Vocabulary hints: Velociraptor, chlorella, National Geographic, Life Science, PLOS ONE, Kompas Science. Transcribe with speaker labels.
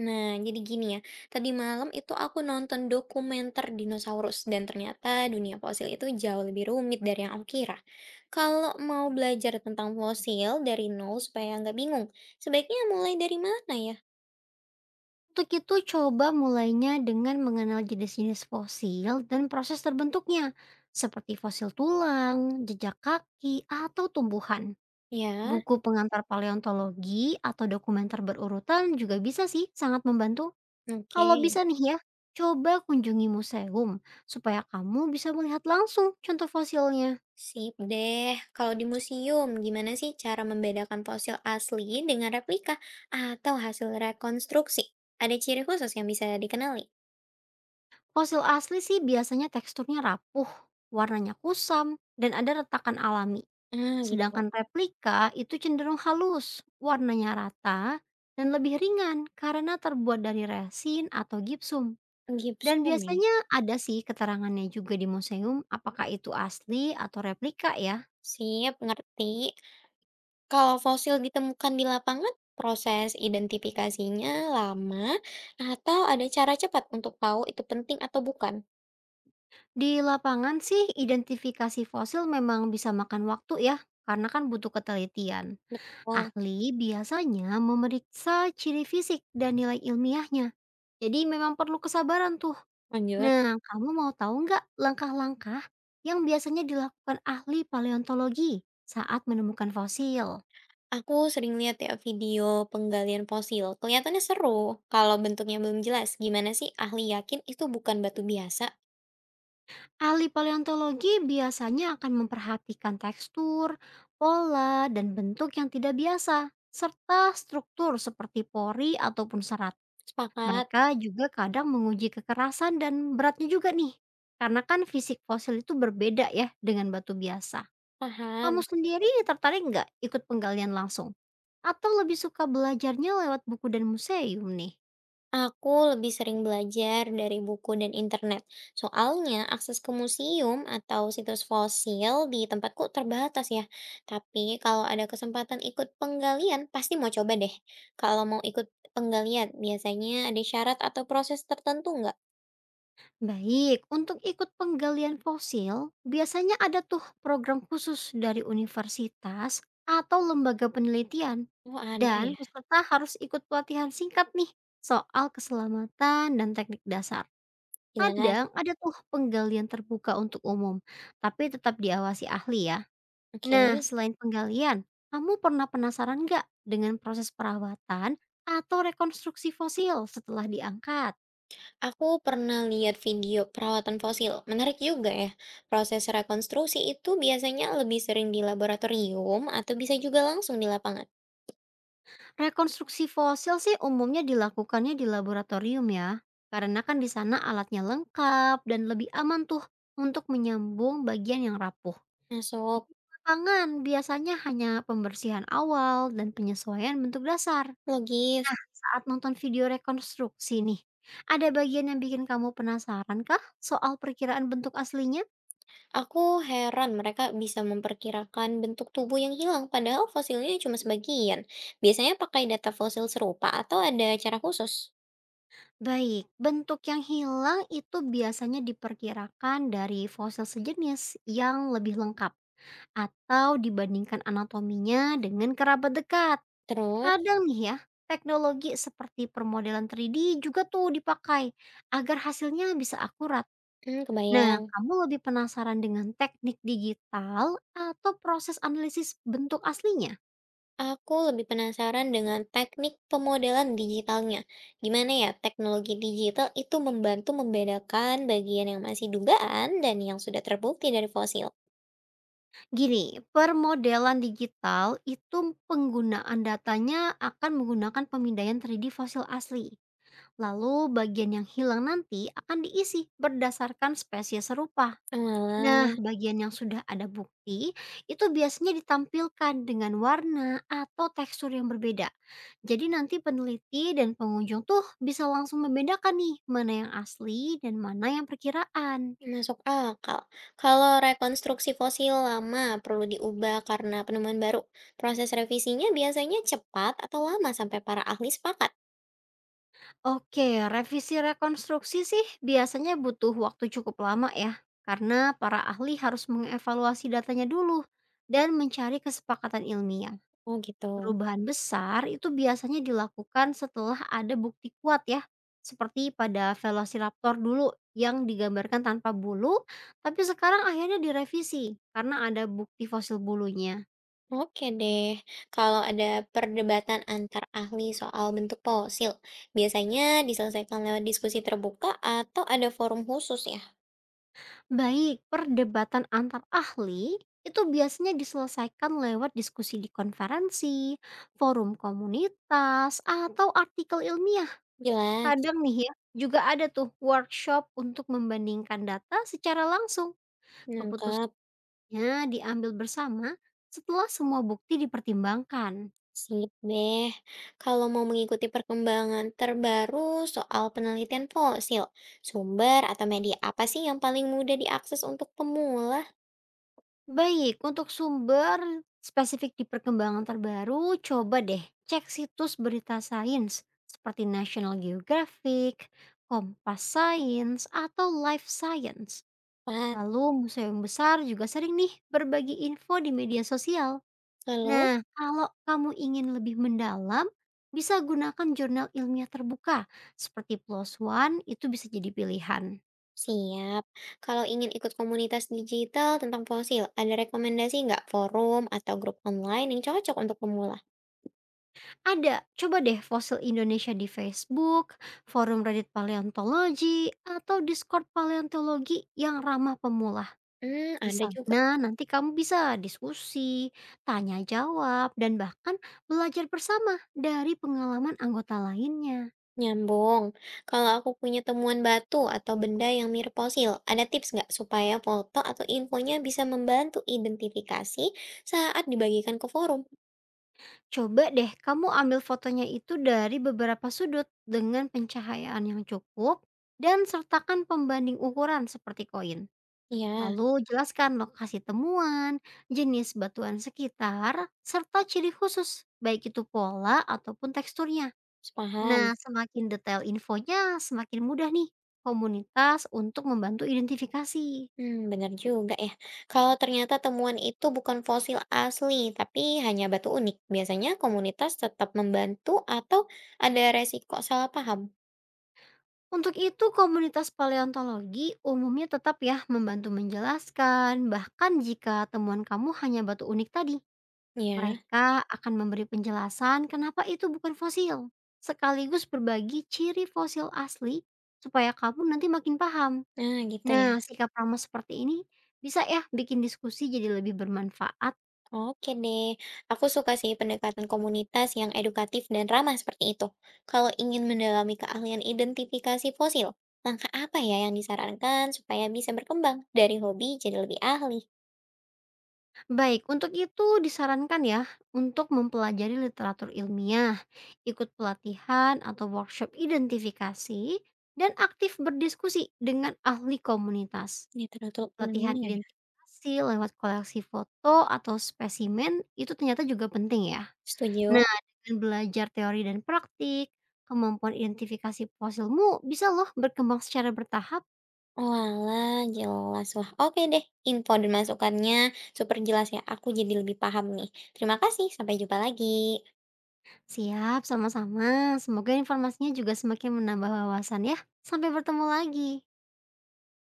Speaker 1: Nah, jadi gini ya, tadi malam itu aku nonton dokumenter dinosaurus dan ternyata dunia fosil itu jauh lebih rumit dari yang aku kira. Kalau mau belajar tentang fosil dari nol supaya nggak bingung, sebaiknya mulai dari mana ya?
Speaker 2: Untuk itu, coba mulainya dengan mengenal jenis-jenis fosil dan proses terbentuknya, seperti fosil tulang, jejak kaki, atau tumbuhan.
Speaker 1: Ya,
Speaker 2: Buku pengantar paleontologi atau dokumenter berurutan juga bisa sih sangat membantu.
Speaker 1: oke.
Speaker 2: Kalau bisa nih ya, coba kunjungi museum supaya kamu bisa melihat langsung contoh fosilnya.
Speaker 1: Sip deh, kalau di museum gimana sih cara membedakan fosil asli dengan replika atau hasil rekonstruksi? Ada ciri khusus yang bisa dikenali?
Speaker 2: Fosil asli sih biasanya teksturnya rapuh, warnanya kusam, dan ada retakan alami.
Speaker 1: Ah, gitu.
Speaker 2: Sedangkan replika itu cenderung halus, warnanya rata, dan lebih ringan karena terbuat dari resin atau gipsum. Dan
Speaker 1: Gibson ya.
Speaker 2: biasanya ada sih keterangannya juga di museum apakah itu asli atau replika ya.
Speaker 1: Sip, ngerti. Kalau fosil ditemukan di lapangan, proses identifikasinya lama atau ada cara cepat untuk tahu itu penting atau bukan?
Speaker 2: Di lapangan sih identifikasi fosil memang bisa makan waktu ya karena kan butuh ketelitian.
Speaker 1: Betul.
Speaker 2: Ahli biasanya memeriksa ciri fisik dan nilai ilmiahnya. Jadi memang perlu kesabaran tuh.
Speaker 1: Lanjut.
Speaker 2: Nah, kamu mau tahu nggak langkah-langkah yang biasanya dilakukan ahli paleontologi saat menemukan fosil?
Speaker 1: Aku sering lihat ya video penggalian fosil. Kelihatannya seru. Kalau bentuknya belum jelas, gimana sih ahli yakin itu bukan batu biasa?
Speaker 2: Ahli paleontologi biasanya akan memperhatikan tekstur, pola, dan bentuk yang tidak biasa, serta struktur seperti pori ataupun serat.
Speaker 1: Sepakat.
Speaker 2: Mereka juga kadang menguji kekerasan dan beratnya juga nih, karena kan fisik fosil itu berbeda ya dengan batu biasa. Kamu
Speaker 1: Paham.
Speaker 2: sendiri tertarik nggak ikut penggalian langsung? Atau lebih suka belajarnya lewat buku dan museum nih?
Speaker 1: Aku lebih sering belajar dari buku dan internet. Soalnya akses ke museum atau situs fosil di tempatku terbatas ya. Tapi kalau ada kesempatan ikut penggalian, pasti mau coba deh. Kalau mau ikut penggalian, biasanya ada syarat atau proses tertentu nggak?
Speaker 2: Baik, untuk ikut penggalian fosil, biasanya ada tuh program khusus dari universitas atau lembaga penelitian.
Speaker 1: Oh ada ya,
Speaker 2: Dan peserta harus ikut pelatihan singkat nih soal keselamatan dan teknik dasar.
Speaker 1: jelas.
Speaker 2: Kadang ada tuh penggalian terbuka untuk umum, tapi tetap diawasi ahli ya.
Speaker 1: Oke,
Speaker 2: Nah, selain penggalian, kamu pernah penasaran nggak dengan proses perawatan atau rekonstruksi fosil setelah diangkat?
Speaker 1: aku pernah lihat video perawatan fosil. Menarik juga ya. Proses rekonstruksi itu biasanya lebih sering di laboratorium atau bisa juga langsung di lapangan.
Speaker 2: Rekonstruksi fosil sih umumnya dilakukannya di laboratorium ya, karena kan di sana alatnya lengkap dan lebih aman tuh untuk menyambung bagian yang rapuh.
Speaker 1: Masuk.
Speaker 2: Tangan biasanya hanya pembersihan awal dan penyesuaian bentuk dasar.
Speaker 1: Logis.
Speaker 2: Nah, saat nonton video rekonstruksi nih, ada bagian yang bikin kamu penasaran kah soal perkiraan bentuk aslinya?
Speaker 1: Aku heran mereka bisa memperkirakan bentuk tubuh yang hilang, padahal fosilnya cuma sebagian. Biasanya pakai data fosil serupa atau ada cara khusus.
Speaker 2: Baik, bentuk yang hilang itu biasanya diperkirakan dari fosil sejenis yang lebih lengkap atau dibandingkan anatominya dengan kerabat dekat.
Speaker 1: Terus,
Speaker 2: Kadang nih ya, teknologi seperti permodelan 3D juga tuh dipakai agar hasilnya bisa akurat.
Speaker 1: hmm, kebayang.
Speaker 2: Nah, kamu lebih penasaran dengan teknik digital atau proses analisis bentuk aslinya?
Speaker 1: Aku lebih penasaran dengan teknik pemodelan digitalnya. Gimana ya teknologi digital itu membantu membedakan bagian yang masih dugaan dan yang sudah terbukti dari fosil?
Speaker 2: Gini, permodelan digital itu penggunaan datanya akan menggunakan pemindaian 3D fosil asli. Lalu bagian yang hilang nanti akan diisi berdasarkan spesies serupa. Nah,
Speaker 1: Walah.
Speaker 2: bagian yang sudah ada bukti itu biasanya ditampilkan dengan warna atau tekstur yang berbeda. Jadi nanti peneliti dan pengunjung tuh bisa langsung membedakan nih mana yang asli dan mana yang perkiraan.
Speaker 1: Masuk akal. Kalau rekonstruksi fosil lama perlu diubah karena penemuan baru, proses revisinya biasanya cepat atau lama sampai para ahli sepakat?
Speaker 2: Oke, revisi rekonstruksi sih biasanya butuh waktu cukup lama ya, karena para ahli harus mengevaluasi datanya dulu dan mencari kesepakatan ilmiah.
Speaker 1: Oh gitu.
Speaker 2: Perubahan besar itu biasanya dilakukan setelah ada bukti kuat ya, seperti pada Velociraptor dulu yang digambarkan tanpa bulu, tapi sekarang akhirnya direvisi karena ada bukti fosil bulunya.
Speaker 1: Oke deh, kalau ada perdebatan antar ahli soal bentuk fosil, biasanya diselesaikan lewat diskusi terbuka atau ada forum khusus ya?
Speaker 2: Baik, perdebatan antar ahli itu biasanya diselesaikan lewat diskusi di konferensi, forum komunitas, atau artikel ilmiah.
Speaker 1: Jelas,
Speaker 2: Kadang nih ya, juga ada tuh workshop untuk membandingkan data secara langsung.
Speaker 1: nangkep.
Speaker 2: Keputusannya diambil bersama setelah semua bukti dipertimbangkan.
Speaker 1: Sip deh. Kalau mau mengikuti perkembangan terbaru soal penelitian fosil, sumber atau media apa sih yang paling mudah diakses untuk pemula?
Speaker 2: Baik, untuk sumber spesifik di perkembangan terbaru, coba deh cek situs berita sains seperti National Geographic, Kompas Science, atau Life Science.
Speaker 1: Pat,
Speaker 2: Lalu museum besar juga sering nih berbagi info di media sosial.
Speaker 1: lalu?
Speaker 2: Nah, kalau kamu ingin lebih mendalam, bisa gunakan jurnal ilmiah terbuka seperti PLOS ONE itu bisa jadi pilihan.
Speaker 1: Siap. Kalau ingin ikut komunitas digital tentang fosil, ada rekomendasi nggak forum atau grup online yang cocok untuk pemula?
Speaker 2: Ada, coba deh fosil Indonesia di Facebook, forum Reddit Paleontologi, atau Discord Paleontologi yang ramah pemula.
Speaker 1: Hmm,
Speaker 2: Di
Speaker 1: ada juga.
Speaker 2: sana nanti kamu bisa diskusi, tanya jawab, dan bahkan belajar bersama dari pengalaman anggota lainnya.
Speaker 1: Nyambung. Kalau aku punya temuan batu atau benda yang mirip fosil, ada tips nggak supaya foto atau infonya bisa membantu identifikasi saat dibagikan ke forum?
Speaker 2: Coba deh kamu ambil fotonya itu dari beberapa sudut dengan pencahayaan yang cukup dan sertakan pembanding ukuran seperti koin.
Speaker 1: Ya,
Speaker 2: Lalu jelaskan lokasi temuan, jenis batuan sekitar, serta ciri khusus, baik itu pola ataupun teksturnya.
Speaker 1: paham.
Speaker 2: Nah, semakin detail infonya, semakin mudah nih komunitas untuk membantu identifikasi.
Speaker 1: Hmm, benar juga ya. Kalau ternyata temuan itu bukan fosil asli, tapi hanya batu unik, biasanya komunitas tetap membantu atau ada resiko salah paham?
Speaker 2: Untuk itu, komunitas paleontologi umumnya tetap ya membantu menjelaskan, bahkan jika temuan kamu hanya batu unik tadi.
Speaker 1: Ya,
Speaker 2: Mereka akan memberi penjelasan kenapa itu bukan fosil, sekaligus berbagi ciri fosil asli supaya kamu nanti makin paham.
Speaker 1: nah gitu ya.
Speaker 2: Nah, sikap ramah seperti ini bisa ya bikin diskusi jadi lebih bermanfaat.
Speaker 1: Oke deh, aku suka sih pendekatan komunitas yang edukatif dan ramah seperti itu. Kalau ingin mendalami keahlian identifikasi fosil, langkah apa ya yang disarankan supaya bisa berkembang dari hobi jadi lebih ahli?
Speaker 2: Baik, untuk itu disarankan ya untuk mempelajari literatur ilmiah, ikut pelatihan atau workshop identifikasi, dan aktif berdiskusi dengan ahli komunitas.
Speaker 1: Literatur
Speaker 2: Latihan
Speaker 1: ilmiah ya.
Speaker 2: identifikasi lewat koleksi foto atau spesimen itu ternyata juga penting ya.
Speaker 1: Setuju?
Speaker 2: Nah, dengan belajar teori dan praktik, kemampuan identifikasi fosilmu bisa loh berkembang secara bertahap.
Speaker 1: Walah, jelas. Wah, oke deh. Info dan masukannya super jelas ya. Aku jadi lebih paham nih. Terima kasih. Sampai jumpa lagi.
Speaker 2: Siap, sama-sama. Semoga informasinya juga semakin menambah wawasan ya. Sampai bertemu lagi.